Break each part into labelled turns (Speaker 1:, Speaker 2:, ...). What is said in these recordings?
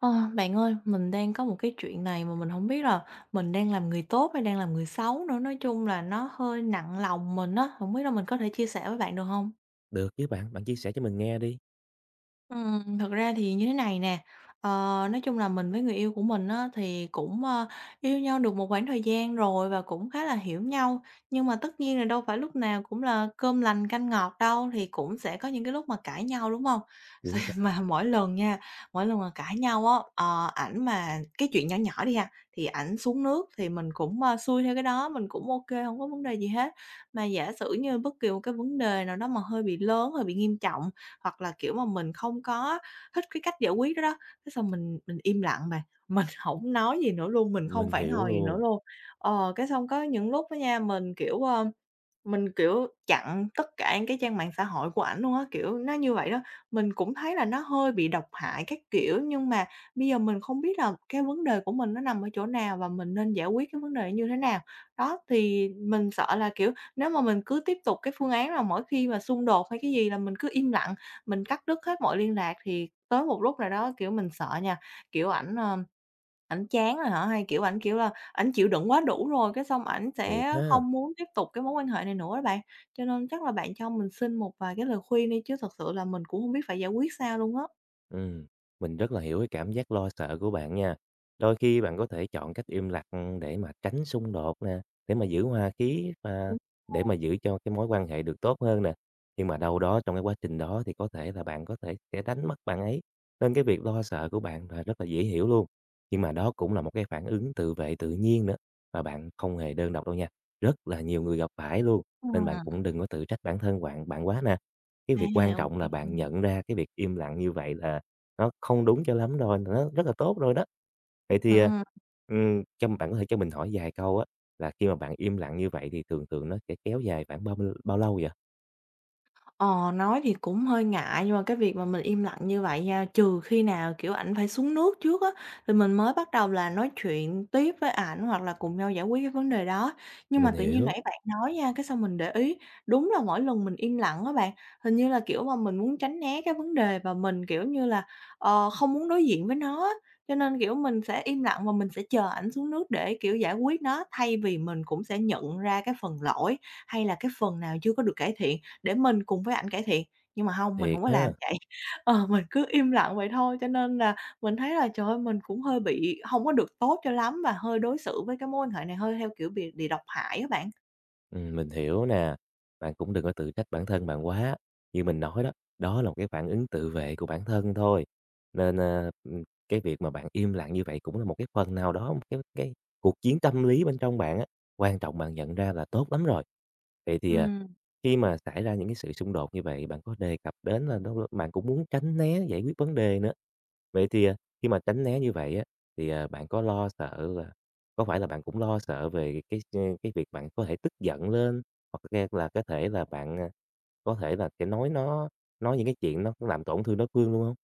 Speaker 1: Ờ, Bạn ơi, mình đang có một cái chuyện này mà mình không biết là mình đang làm người tốt hay đang làm người xấu nữa, nói chung là nó hơi nặng lòng mình á, không biết là mình có thể chia sẻ với bạn được không.
Speaker 2: Được chứ bạn, bạn chia sẻ cho mình nghe đi.
Speaker 1: Thật ra thì như thế này nè, ờ, nói chung là mình với người yêu của mình á, thì cũng yêu nhau được một khoảng thời gian rồi và cũng khá là hiểu nhau. Nhưng mà tất nhiên là đâu phải lúc nào cũng là cơm lành canh ngọt đâu, thì cũng sẽ có những cái lúc mà cãi nhau, đúng không? Thì
Speaker 2: Chính xác,
Speaker 1: mà mỗi lần nha, mỗi lần mà cãi nhau á, ảnh mà cái chuyện nhỏ nhỏ đi ha, thì ảnh xuống nước thì mình cũng xuôi theo cái đó, mình cũng ok không có vấn đề gì hết. Mà giả sử như bất kỳ một cái vấn đề nào đó mà hơi bị lớn, hơi bị nghiêm trọng hoặc là, kiểu, mà mình không có thích cái cách giải quyết đó đó, cái xong mình im lặng mà mình không nói gì nữa luôn, mình không
Speaker 2: mình
Speaker 1: phản
Speaker 2: hiểu
Speaker 1: hồi gì nữa
Speaker 2: luôn,
Speaker 1: luôn. Ờ, cái xong có những lúc á nha, mình, kiểu, chặn tất cả những cái trang mạng xã hội của ảnh luôn á, kiểu, nó như vậy đó. Mình cũng thấy là nó hơi bị độc hại các kiểu, nhưng mà bây giờ mình không biết là cái vấn đề của mình nó nằm ở chỗ nào và mình nên giải quyết cái vấn đề như thế nào. Đó, thì mình sợ là, kiểu, nếu mà mình cứ tiếp tục cái phương án là mỗi khi mà xung đột hay cái gì là mình cứ im lặng, mình cắt đứt hết mọi liên lạc thì tới một lúc nào đó, kiểu, mình sợ nha, kiểu, ảnh, ờ Ảnh chán rồi hả? Hay, kiểu, ảnh, kiểu là, ảnh chịu đựng quá đủ rồi, cái xong ảnh
Speaker 2: thiệt
Speaker 1: sẽ
Speaker 2: ha.
Speaker 1: không muốn tiếp tục cái mối quan hệ này nữa đó bạn. Cho nên chắc là bạn cho mình xin một vài cái lời khuyên đi, chứ thật sự là mình cũng không biết phải giải quyết sao luôn á.
Speaker 2: Ừm, mình rất là hiểu cái cảm giác lo sợ của bạn nha. Đôi khi bạn có thể chọn cách im lặng để mà tránh xung đột nè, để mà giữ hòa khí và
Speaker 1: Đúng
Speaker 2: để mà giữ cho cái mối quan hệ được tốt hơn nè. Nhưng mà đâu đó trong cái quá trình đó thì có thể là bạn có thể sẽ đánh mất bạn ấy. Nên cái việc lo sợ của bạn là rất là dễ hiểu luôn. Nhưng mà đó cũng là một cái phản ứng tự vệ tự nhiên nữa và bạn không hề đơn độc đâu nha. Rất là nhiều người gặp phải luôn. Nên bạn
Speaker 1: rồi.
Speaker 2: cũng đừng có tự trách bản thân bạn bạn quá nè. Cái
Speaker 1: À,
Speaker 2: việc quan trọng
Speaker 1: ô
Speaker 2: là bạn
Speaker 1: kê.
Speaker 2: nhận ra cái việc im lặng như vậy là nó không đúng cho lắm rồi, nó rất là tốt rồi đó. Vậy thì,
Speaker 1: Ừm,
Speaker 2: à,
Speaker 1: ừm.
Speaker 2: cho bạn có thể cho mình hỏi vài câu á, là khi mà bạn im lặng như vậy thì thường thường nó sẽ kéo dài khoảng bao bao lâu vậy?
Speaker 1: Ờ, nói thì cũng hơi ngại nhưng mà cái việc mà mình im lặng như vậy nha, trừ khi nào, kiểu, ảnh phải xuống nước trước á, thì mình mới bắt đầu là nói chuyện tiếp với ảnh hoặc là cùng nhau giải quyết cái vấn đề đó. Nhưng mà
Speaker 2: Mình
Speaker 1: tự nhiên
Speaker 2: hiểu,
Speaker 1: nãy bạn nói nha, cái xong mình để ý, đúng là mỗi lần mình im lặng á bạn, hình như là, kiểu, mà mình muốn tránh né cái vấn đề và mình, kiểu như là, không muốn đối diện với nó á, cho nên, kiểu, mình sẽ im lặng và mình sẽ chờ ảnh xuống nước để, kiểu, giải quyết nó, thay vì mình cũng sẽ nhận ra cái phần lỗi hay là cái phần nào chưa có được cải thiện để mình cùng với ảnh cải thiện, nhưng mà hông, mình
Speaker 2: thiệt
Speaker 1: hổng có làm
Speaker 2: ha.
Speaker 1: vậy. Ờ, mình cứ im lặng vậy thôi, cho nên là mình thấy là, trời ơi, mình cũng hơi bị hông có được tốt cho lắm và hơi đối xử với cái mối quan hệ này hơi theo kiểu bị độc hại á bạn.
Speaker 2: Mình hiểu nè. Bạn cũng đừng có tự trách bản thân bạn quá. Như mình nói đó, đó là một cái phản ứng tự vệ của bản thân thôi. Nên, cái việc mà bạn im lặng như vậy cũng là một cái phần nào đó, một cái cuộc chiến tâm lý bên trong bạn á, quan trọng bạn nhận ra là tốt lắm rồi. Vậy thì,
Speaker 1: Ừm.
Speaker 2: khi mà xảy ra những cái sự xung đột như vậy, bạn có đề cập đến là bạn cũng muốn tránh né giải quyết vấn đề nữa. Vậy thì, khi mà tránh né như vậy á, thì, bạn có lo sợ có phải là bạn cũng lo sợ về cái việc bạn có thể tức giận lên, hoặc ra là có thể là bạn, có thể là sẽ nói những cái chuyện nó làm tổn thương đối phương luôn không?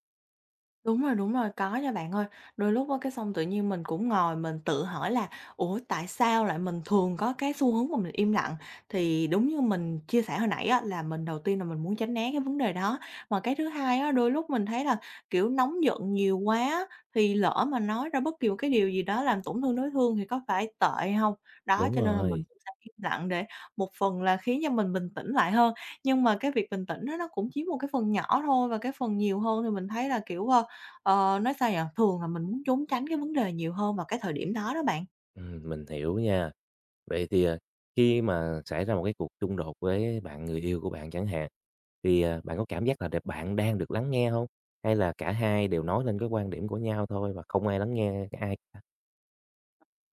Speaker 1: Đúng rồi, có nha bạn ơi. Đôi lúc á, cái xong tự nhiên mình cũng ngồi mình tự hỏi là "Ủa, tại sao lại mình thường có cái xu hướng mà mình im lặng?" Thì đúng như mình chia sẻ hồi nãy á, là mình đầu tiên là mình muốn tránh né cái vấn đề đó. Mà cái thứ hai á, đôi lúc mình thấy là, kiểu, nóng giận nhiều quá á, thì lỡ mà nói ra bất kỳ một cái điều gì đó làm tổn thương đối phương thì có phải tệ không? Đó,
Speaker 2: Đúng
Speaker 1: cho nên là mình
Speaker 2: rồi,
Speaker 1: cũng sẽ im lặng để một phần là khiến cho mình bình tĩnh lại hơn. Nhưng mà cái việc bình tĩnh đó nó cũng chiếm một cái phần nhỏ thôi và cái phần nhiều hơn thì mình thấy là, Ờ, nói sao nhỉ? Thường là mình muốn trốn tránh cái vấn đề nhiều hơn vào cái thời điểm đó đó bạn.
Speaker 2: mình hiểu nha. Vậy thì, khi mà xảy ra một cái cuộc xung đột với bạn người yêu của bạn chẳng hạn, thì, bạn có cảm giác là bạn đang được lắng nghe không? Hay là cả hai đều nói lên cái quan điểm của nhau thôi và không ai lắng nghe ai cả?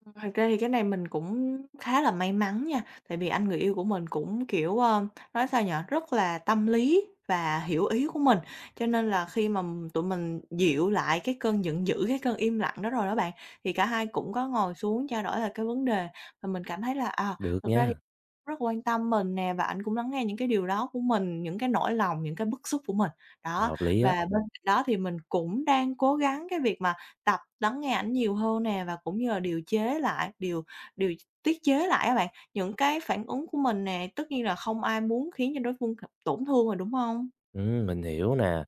Speaker 1: Thật ra thì cái này mình cũng khá là may mắn nha, tại vì anh người yêu của mình cũng, nói sao nhỉ? Rất là tâm lý và hiểu ý của mình, cho nên là khi mà tụi mình dịu lại cái cơn giận dữ, cái cơn im lặng đó rồi đó bạn, thì cả hai cũng có ngồi xuống trao đổi là cái vấn đề và mình cảm thấy là, à,
Speaker 2: Được
Speaker 1: thực ra
Speaker 2: nha,
Speaker 1: Rất quan tâm mình nè và ảnh cũng lắng nghe những cái điều đó của mình, những cái nỗi lòng, những cái bức xúc của mình. Đó,
Speaker 2: hợp lý á.
Speaker 1: và bên cạnh đó thì mình cũng đang cố gắng cái việc mà tập lắng nghe ảnh nhiều hơn nè và cũng như là điều chế lại, điều điều tiết chế lại các bạn, những cái phản ứng của mình nè. Tất nhiên là không ai muốn khiến cho đối phương tổn thương rồi, đúng không?
Speaker 2: Mình hiểu nè.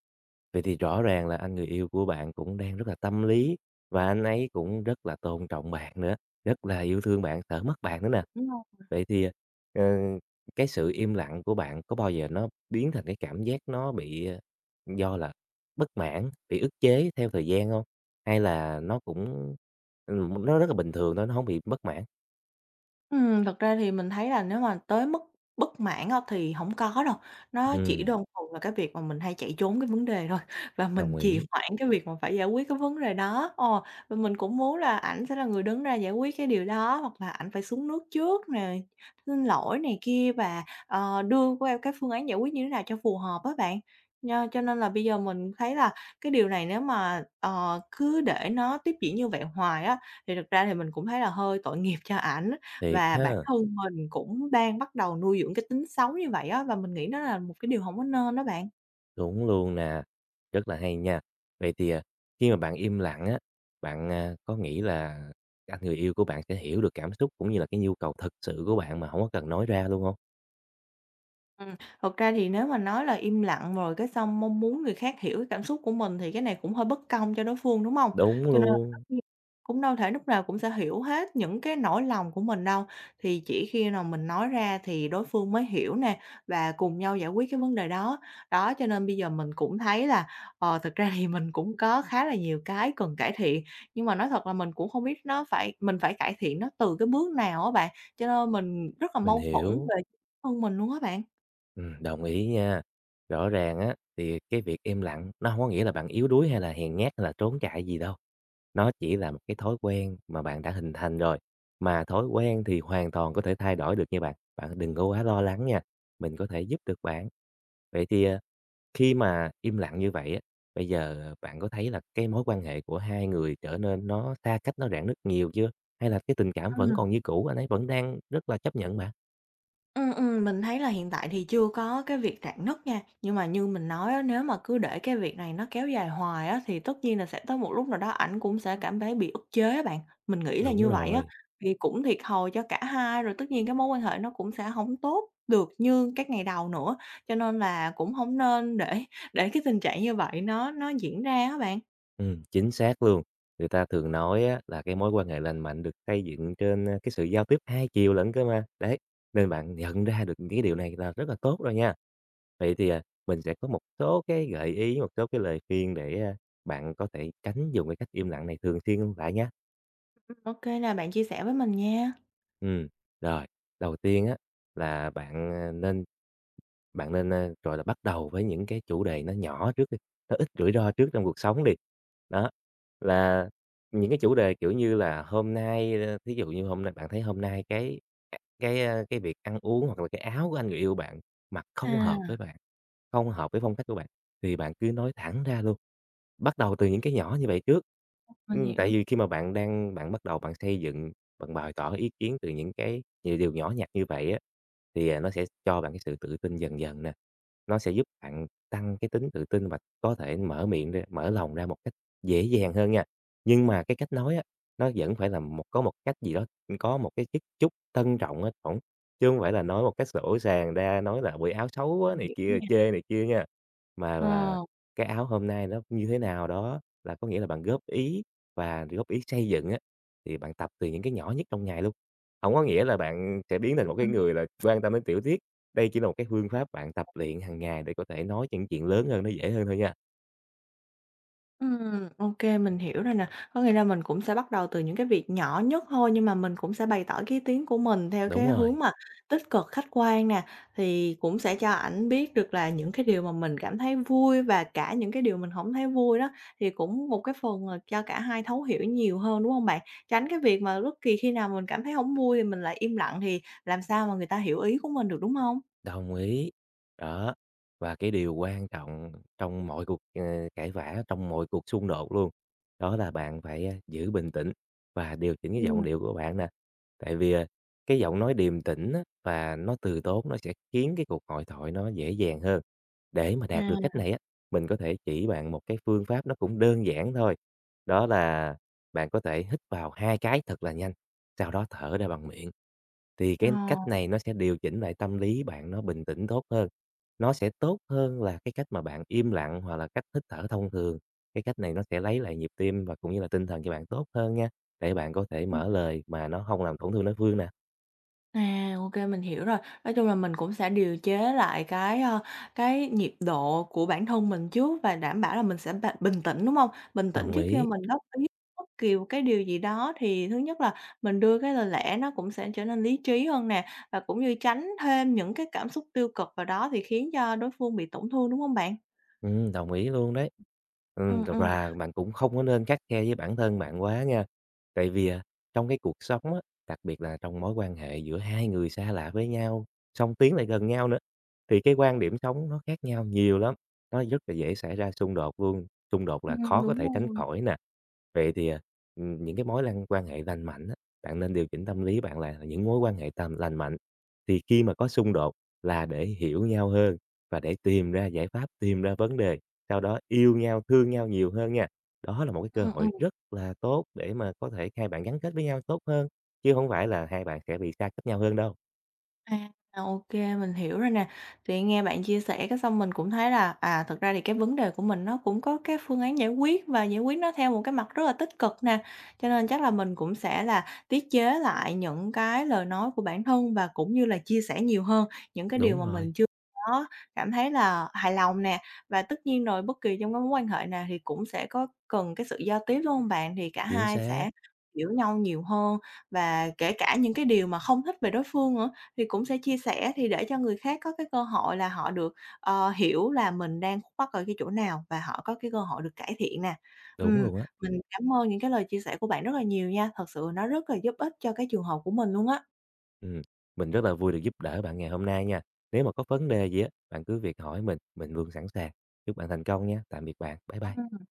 Speaker 2: Vậy thì rõ ràng là anh người yêu của bạn cũng đang rất là tâm lý và anh ấy cũng rất là tôn trọng bạn nữa, rất là yêu thương bạn, sợ mất bạn nữa nè.
Speaker 1: Đúng hông?
Speaker 2: Vậy thì, ờ, cái sự im lặng của bạn có bao giờ nó biến thành cái cảm giác nó bị, do là bất mãn, bị ức chế theo thời gian không? Hay là nó cũng nó rất là bình thường thôi, nó không bị bất mãn?
Speaker 1: Thật ra thì mình thấy là nếu mà tới mức bất mãn á thì hổng có đâu, nó chỉ
Speaker 2: Ừm,
Speaker 1: đơn thuần là cái việc mà mình hay chạy trốn cái vấn đề thôi và mình
Speaker 2: đồng
Speaker 1: trì
Speaker 2: ý,
Speaker 1: hoãn cái việc mà phải giải quyết cái vấn đề đó. Ờ, và mình cũng muốn là ảnh sẽ là người đứng ra giải quyết cái điều đó, hoặc là ảnh phải xuống nước trước nè, xin lỗi này kia và, đưa qua cái phương án giải quyết như thế nào cho phù hợp á bạn. Cho nên là bây giờ mình thấy là cái điều này nếu mà, cứ để nó tiếp diễn như vậy hoài á, thì thực ra thì mình cũng thấy là hơi tội nghiệp cho ảnh.
Speaker 2: thiệt
Speaker 1: Và bản
Speaker 2: ha.
Speaker 1: thân mình cũng đang bắt đầu nuôi dưỡng cái tính xấu như vậy á, và mình nghĩ nó là một cái điều không có nên đó bạn.
Speaker 2: Đúng luôn nè, rất là hay nha. Vậy thì, khi mà bạn im lặng á, bạn, có nghĩ là anh người yêu của bạn sẽ hiểu được cảm xúc cũng như là cái nhu cầu thực sự của bạn mà không có cần nói ra luôn không?
Speaker 1: Ừm, thật ra thì nếu mà nói là im lặng rồi cái xong mong muốn người khác hiểu cái cảm xúc của mình thì cái này cũng hơi bất công cho đối phương, đúng không?
Speaker 2: Đúng
Speaker 1: Cho nên Ờ. là tất
Speaker 2: luôn,
Speaker 1: nhiên cũng đâu thể lúc nào cũng sẽ hiểu hết những cái nỗi lòng của mình đâu, thì chỉ khi nào mình nói ra thì đối phương mới hiểu nè, và cùng nhau giải quyết cái vấn đề đó. Đó, cho nên bây giờ mình cũng thấy là, thực ra thì mình cũng có khá là nhiều cái cần cải thiện, nhưng mà nói thật là mình cũng không biết nó phải mình phải cải thiện nó từ cái bước nào á bạn, cho nên mình rất là
Speaker 2: mình
Speaker 1: mâu thuẫn
Speaker 2: hiểu.
Speaker 1: về bản thân mình luôn á bạn.
Speaker 2: Đồng ý nha. Rõ ràng á, thì cái việc im lặng nó hông có nghĩa là bạn yếu đuối hay là hèn nhát hay là trốn chạy gì đâu. Nó chỉ là một cái thói quen mà bạn đã hình thành rồi, mà thói quen thì hoàn toàn có thể thay đổi được nha bạn, bạn đừng có quá lo lắng nha, mình có thể giúp được bạn. Vậy thì, khi mà im lặng như vậy á, bây giờ bạn có thấy là cái mối quan hệ của hai người trở nên nó xa cách, nó rạn nứt nhiều chưa? Hay là cái tình cảm vẫn
Speaker 1: Ừm,
Speaker 2: còn như cũ, anh ấy vẫn đang rất là chấp nhận bạn?
Speaker 1: mình thấy là hiện tại thì chưa có cái việc rạn nứt nha, nhưng mà như mình nói á, nếu mà cứ để cái việc này nó kéo dài hoài á, thì tất nhiên là sẽ tới một lúc nào đó ảnh cũng sẽ cảm thấy bị ức chế á bạn. Mình nghĩ là
Speaker 2: Đúng
Speaker 1: như vậy á,
Speaker 2: rồi.
Speaker 1: thì cũng thiệt thòi cho cả hai, rồi tất nhiên cái mối quan hệ nó cũng sẽ không tốt được như các ngày đầu nữa, cho nên là cũng không nên để cái tình trạng như vậy nó diễn ra á bạn.
Speaker 2: Chính xác luôn. Người ta thường nói á, là cái mối quan hệ lành mạnh được xây dựng trên, cái sự giao tiếp hai chiều lẫn cơ mà. Đấy, nên bạn nhận ra được những cái điều này là rất là tốt rồi nha. Vậy thì, mình sẽ có một số cái gợi ý, một số cái lời khuyên để, bạn có thể tránh dùng cái cách im lặng này thường xuyên lại nha.
Speaker 1: Ok là bạn chia sẻ với mình nha.
Speaker 2: Ừm, rồi, đầu tiên á là bạn, nên bạn nên, gọi là, bắt đầu với những cái chủ đề nó nhỏ trước đi, nó ít rủi ro trước trong cuộc sống đi. Đó, là những cái chủ đề, kiểu như là, hôm nay, thí dụ như hôm nay bạn thấy hôm nay cái việc ăn uống hoặc là cái áo của anh người yêu bạn mặc
Speaker 1: À,
Speaker 2: không hợp với bạn, không hợp với phong cách của bạn, thì bạn cứ nói thẳng ra luôn. Bắt đầu từ những cái nhỏ như vậy trước.
Speaker 1: mình
Speaker 2: Tại
Speaker 1: hiểu,
Speaker 2: vì khi mà bạn đang bạn bắt đầu xây dựng, bạn bày tỏ ý kiến từ những điều nhỏ nhặt như vậy á, thì, nó sẽ cho bạn cái sự tự tin dần dần nè. Nó sẽ giúp bạn tăng cái tính tự tin và có thể mở miệng ra, mở lòng ra một cách dễ dàng hơn nha. Nhưng mà cái cách nói á, nó vẫn phải là có một cách gì đó, có một cái chút chút tân trọng á, ổn, chứ không phải là nói một cách sổ sàng ra, nói là "quần áo xấu quá"
Speaker 1: mình
Speaker 2: này
Speaker 1: hiểu
Speaker 2: kia,
Speaker 1: nha.
Speaker 2: chê này kia nha, mà là
Speaker 1: Ờ.
Speaker 2: cái áo hôm nay nó như thế nào đó, là có nghĩa là bạn góp ý và góp ý xây dựng á, thì bạn tập từ những cái nhỏ nhất trong ngày luôn. Không có nghĩa là bạn sẽ biến thành một cái người là quan tâm đến tiểu tiết, đây chỉ là một cái phương pháp bạn tập luyện hàng ngày để có thể nói những chuyện lớn hơn nó dễ hơn thôi nha.
Speaker 1: Ô mình hiểu rồi nè. Có nghĩa là mình cũng sẽ bắt đầu từ những cái việc nhỏ nhất thôi, nhưng mà mình cũng sẽ bày tỏ cái ý kiến của mình theo
Speaker 2: Đúng
Speaker 1: cái hướng
Speaker 2: rồi.
Speaker 1: mà tích cực, khách quan nè, thì cũng sẽ cho ảnh biết được là những cái điều mà mình cảm thấy vui và cả những cái điều mình không thấy vui đó, thì cũng một cái phần là cho cả hai thấu hiểu nhiều hơn, đúng không bạn? Tránh cái việc mà bất kỳ khi nào mình cảm thấy không vui thì mình lại im lặng thì làm sao mà người ta hiểu ý của mình được, đúng không?
Speaker 2: Đồng ý. Đó, và cái điều quan trọng trong mọi cuộc, cãi vã, trong mọi cuộc xung đột luôn, đó là bạn phải, giữ bình tĩnh và điều chỉnh cái giọng
Speaker 1: Ừm,
Speaker 2: điệu của bạn nè. Tại vì, cái giọng nói điềm tĩnh á và nó từ tốn nó sẽ khiến cái cuộc hội thoại nó dễ dàng hơn. Để mà đạt được
Speaker 1: à.
Speaker 2: cách này á, mình có thể chỉ bạn một cái phương pháp nó cũng đơn giản thôi, đó là bạn có thể hít vào 2 cái thật là nhanh, sau đó thở ra bằng miệng. Thì cái
Speaker 1: Ờ.
Speaker 2: cách này nó sẽ điều chỉnh lại tâm lý bạn nó bình tĩnh tốt hơn. Nó sẽ tốt hơn là cái cách mà bạn im lặng hoặc là cách hít thở thông thường. Cái cách này nó sẽ lấy lại nhịp tim và cũng như là tinh thần cho bạn tốt hơn nha, để bạn có thể mở lời mà nó không làm tổn thương đối phương nè.
Speaker 1: À, ok mình hiểu rồi. Nói chung là mình cũng sẽ điều chế lại cái, cái nhịp độ của bản thân mình trước và đảm bảo là mình sẽ bình tĩnh, đúng không? Bình tĩnh
Speaker 2: Đồng
Speaker 1: trước khi mà
Speaker 2: ý.
Speaker 1: mình góp ý bất kỳ một cái điều gì đó thì thứ nhất là mình đưa cái lời lẽ nó cũng sẽ trở nên lý trí hơn nè, và cũng như tránh thêm những cái cảm xúc tiêu cực vào đó thì khiến cho đối phương bị tổn thương, đúng không bạn?
Speaker 2: Đồng ý luôn đấy.
Speaker 1: Ừm,
Speaker 2: Thật
Speaker 1: ừm,
Speaker 2: ra bạn cũng không có nên khắt khe với bản thân bạn quá nha. Tại vì, trong cái cuộc sống á, đặc biệt là trong mối quan hệ giữa hai người xa lạ với nhau, song tiến lại gần nhau nữa, thì cái quan điểm sống nó khác nhau nhiều lắm, nó rất là dễ xảy ra xung đột luôn, xung đột là khó có
Speaker 1: đúng
Speaker 2: thể tránh
Speaker 1: rồi.
Speaker 2: khỏi nè. Vậy thì, những cái mối lan quan hệ lành mạnh á, bạn nên điều chỉnh tâm lý bạn là những mối quan hệ tầm lành mạnh, thì khi mà có xung đột là để hiểu nhau hơn và để tìm ra giải pháp, tìm ra vấn đề, sau đó yêu nhau, thương nhau nhiều hơn nha. Đó là một cái cơ
Speaker 1: Ừm, ừm.
Speaker 2: hội rất là tốt để mà có thể hai bạn gắn kết với nhau tốt hơn, chứ không phải là hai bạn sẽ bị xa cách nhau hơn đâu.
Speaker 1: À, ô mình hiểu rồi nè. Thì nghe bạn chia sẻ cái xong mình cũng thấy là, à, thực ra thì cái vấn đề của mình nó cũng có cái phương án giải quyết và giải quyết nó theo một cái mặt rất là tích cực nè. Cho nên chắc là mình cũng sẽ là tiết chế lại những cái lời nói của bản thân và cũng như là chia sẻ nhiều hơn những cái điều
Speaker 2: Đúng
Speaker 1: mà mình
Speaker 2: rồi,
Speaker 1: chưa có cảm thấy là hài lòng nè. Và tất nhiên rồi bất kỳ trong cái mối quan hệ nào thì cũng sẽ có cần cái sự giao tiếp, đúng không bạn? Thì cả
Speaker 2: chính
Speaker 1: hai
Speaker 2: xác,
Speaker 1: sẽ hiểu nhau nhiều hơn và kể cả những cái điều mà không thích về đối phương nữa. Thì cũng sẽ chia sẻ thì để cho người khác có cái cơ hội là họ được, hiểu là mình đang khúc mắc ở cái chỗ nào và họ có cái cơ hội được cải thiện nè.
Speaker 2: đúng
Speaker 1: Ừm,
Speaker 2: luôn á.
Speaker 1: mình cảm ơn những cái lời chia sẻ của bạn rất là nhiều nha, thật sự nó rất là giúp ích cho cái trường hợp của mình luôn á.
Speaker 2: Ừm, mình rất là vui được giúp đỡ bạn ngày hôm nay nha. Nếu mà có vấn đề gì á, bạn cứ việc hỏi mình luôn sẵn sàng. Chúc bạn thành công nha. Tạm biệt bạn. Bye bye.
Speaker 1: Ừm.